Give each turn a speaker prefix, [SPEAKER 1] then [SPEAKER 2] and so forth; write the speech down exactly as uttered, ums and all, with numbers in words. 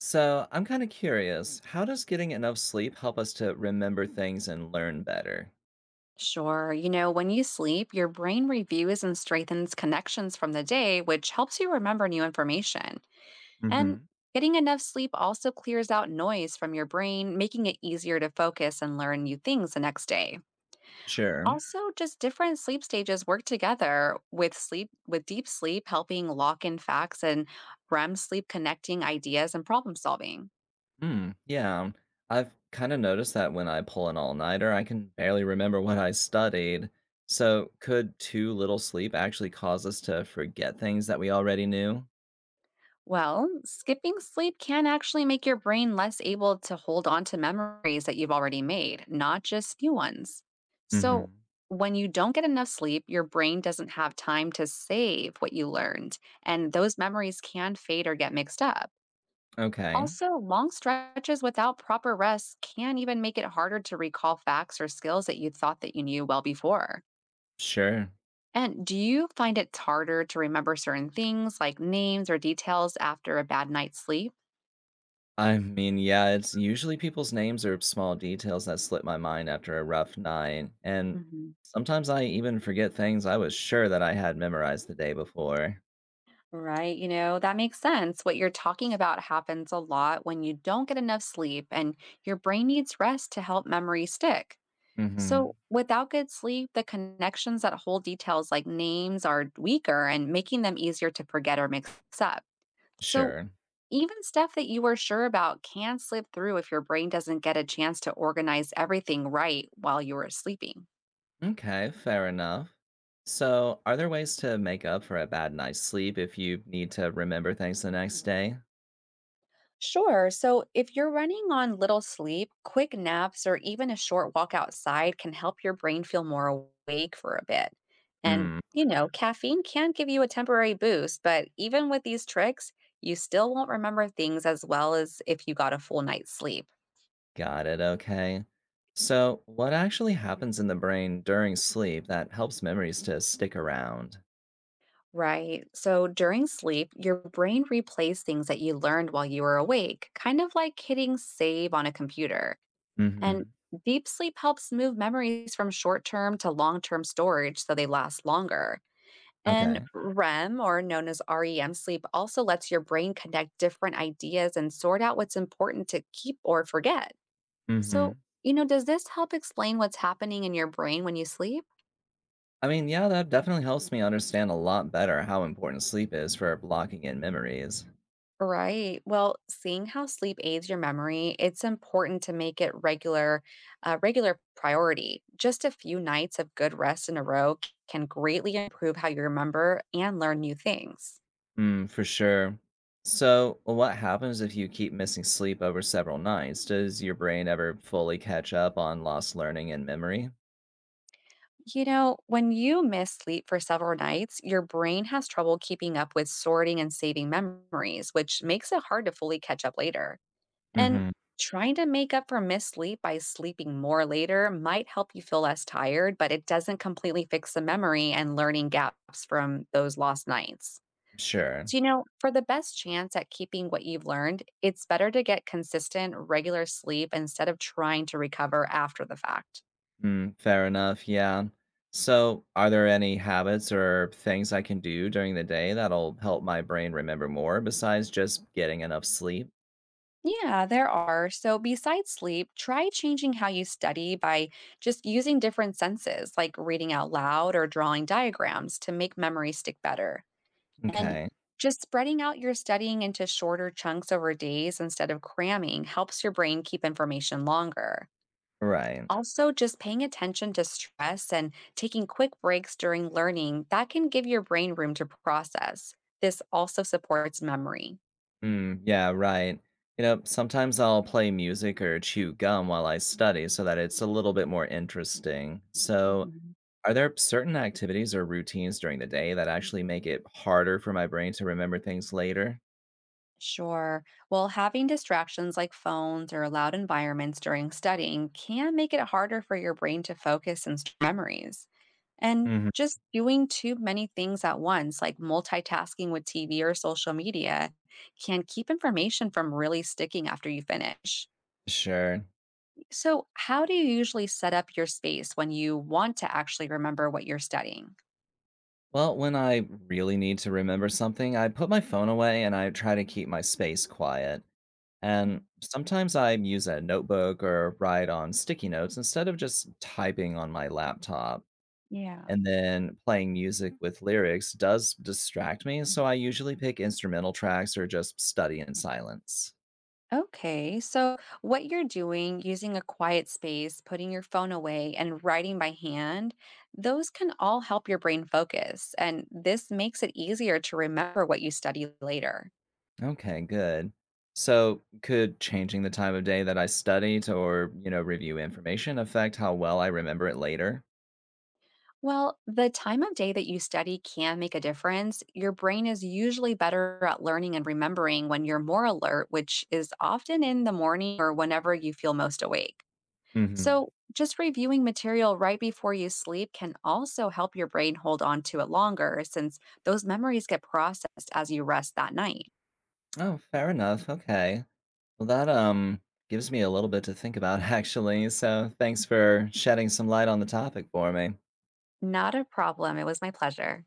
[SPEAKER 1] So, I'm kind of curious, how does getting enough sleep help us to remember things and learn better?
[SPEAKER 2] Sure. You know, when you sleep, your brain reviews and strengthens connections from the day, which helps you remember new information. And
[SPEAKER 1] Hmm.
[SPEAKER 2] getting enough sleep also clears out noise from your brain, making it easier to focus and learn new things the next day.
[SPEAKER 1] Sure.
[SPEAKER 2] Also, just different sleep stages work together with sleep with deep sleep helping lock in facts and R E M sleep connecting ideas and problem solving.
[SPEAKER 1] Hmm. Yeah. I've kind of noticed that when I pull an all nighter, I can barely remember what I studied. So, could too little sleep actually cause us to forget things that we already knew?
[SPEAKER 2] Well, skipping sleep can actually make your brain less able to hold on to memories that you've already made, not just new ones. So,
[SPEAKER 1] Hmm.
[SPEAKER 2] when you don't get enough sleep, your brain doesn't have time to save what you learned, and those memories can fade or get mixed up.
[SPEAKER 1] Okay.
[SPEAKER 2] Also, long stretches without proper rest can even make it harder to recall facts or skills that you thought that you knew well before.
[SPEAKER 1] Sure.
[SPEAKER 2] And do you find it's harder to remember certain things like names or details after a bad night's sleep?
[SPEAKER 1] I mean, yeah, it's usually people's names or small details that slip my mind after a rough night, and
[SPEAKER 2] Mhm.
[SPEAKER 1] sometimes I even forget things I was sure that I had memorized the day before.
[SPEAKER 2] Right. You know, that makes sense. What you're talking about happens a lot when you don't get enough sleep and your brain needs rest to help memory stick.
[SPEAKER 1] Hmm.
[SPEAKER 2] So, without good sleep, the connections that hold details like names are weaker and making them easier to forget or mix up. So,
[SPEAKER 1] Sure.
[SPEAKER 2] even stuff that you were sure about can slip through if your brain doesn't get a chance to organize everything right while you were sleeping.
[SPEAKER 1] Okay, fair enough. So, are there ways to make up for a bad night's sleep if you need to remember things the next day?
[SPEAKER 2] Sure. So if you're running on little sleep, quick naps or even a short walk outside can help your brain feel more awake for a bit. And,
[SPEAKER 1] Hmm,
[SPEAKER 2] you know, caffeine can give you a temporary boost, but even with these tricks, you still won't remember things as well as if you got a full night's sleep.
[SPEAKER 1] got it, okay. So, what actually happens in the brain during sleep that helps memories to stick around?
[SPEAKER 2] Right. So during sleep, your brain replays things that you learned while you were awake, kind of like hitting save on a computer. And
[SPEAKER 1] Hmm.
[SPEAKER 2] deep sleep helps move memories from short term to long term storage so they last longer. And
[SPEAKER 1] Okay.
[SPEAKER 2] R E M, or known as R E M sleep, also lets your brain connect different ideas and sort out what's important to keep or forget. So,
[SPEAKER 1] Mm-hmm.
[SPEAKER 2] you know, does this help explain what's happening in your brain when you sleep?
[SPEAKER 1] I mean, yeah, that definitely helps me understand a lot better how important sleep is for blocking in memories.
[SPEAKER 2] Right. Well, seeing how sleep aids your memory, it's important to make it regular, uh, regular priority. Just a few nights of good rest in a row c- can greatly improve how you remember and learn new things.
[SPEAKER 1] Mm, for sure. So, what happens if you keep missing sleep over several nights? Does your brain ever fully catch up on lost learning and memory?
[SPEAKER 2] You know, when you miss sleep for several nights, your brain has trouble keeping up with sorting and saving memories, which makes it hard to fully catch up later. And
[SPEAKER 1] Hmm.
[SPEAKER 2] trying to make up for missed sleep by sleeping more later might help you feel less tired, but it doesn't completely fix the memory and learning gaps from those lost nights.
[SPEAKER 1] Sure.
[SPEAKER 2] So, you know, for the best chance at keeping what you've learned, it's better to get consistent, regular sleep instead of trying to recover after the fact.
[SPEAKER 1] Mm, fair enough. Yeah. So, are there any habits or things I can do during the day that'll help my brain remember more besides just getting enough sleep?
[SPEAKER 2] Yeah, there are. So, besides sleep, try changing how you study by just using different senses, like reading out loud or drawing diagrams to make memory stick better. And
[SPEAKER 1] Okay.
[SPEAKER 2] just spreading out your studying into shorter chunks over days instead of cramming helps your brain keep information longer.
[SPEAKER 1] Right.
[SPEAKER 2] Also, just paying attention to stress and taking quick breaks during learning, that can give your brain room to process. This also supports memory.
[SPEAKER 1] Mm, yeah, right. You know, sometimes I'll play music or chew gum while I study so that it's a little bit more interesting. So,
[SPEAKER 2] Mhm.
[SPEAKER 1] are there certain activities or routines during the day that actually make it harder for my brain to remember things later?
[SPEAKER 2] Sure. Well, having distractions like phones or loud environments during studying can make it harder for your brain to focus and store memories. And
[SPEAKER 1] Hmm.
[SPEAKER 2] just doing too many things at once, like multitasking with T V or social media, can keep information from really sticking after you finish.
[SPEAKER 1] Sure.
[SPEAKER 2] So, how do you usually set up your space when you want to actually remember what you're studying?
[SPEAKER 1] Well, when I really need to remember something, I put my phone away and I try to keep my space quiet. And
[SPEAKER 2] Mm,
[SPEAKER 1] sometimes I use a notebook or write on sticky notes instead of just typing on my laptop.
[SPEAKER 2] yeah.
[SPEAKER 1] And then playing music with lyrics does distract me, so I usually pick instrumental tracks or just study in silence.
[SPEAKER 2] Okay, so what you're doing, using a quiet space, putting your phone away, and writing by hand, those can all help your brain focus. And this makes it easier to remember what you study later.
[SPEAKER 1] Okay, good. So, could changing the time of day that I study to or, you know, review information affect how well I remember it later?
[SPEAKER 2] Well, the time of day that you study can make a difference. Your brain is usually better at learning and remembering when you're more alert, which is often in the morning or whenever you feel most awake.
[SPEAKER 1] Hmm.
[SPEAKER 2] So, just reviewing material right before you sleep can also help your brain hold on to it longer since those memories get processed as you rest that night.
[SPEAKER 1] Oh, fair enough. Okay. Well, that um gives me a little bit to think about actually. So, thanks for shedding some light on the topic for me.
[SPEAKER 2] Not a problem. It was my pleasure.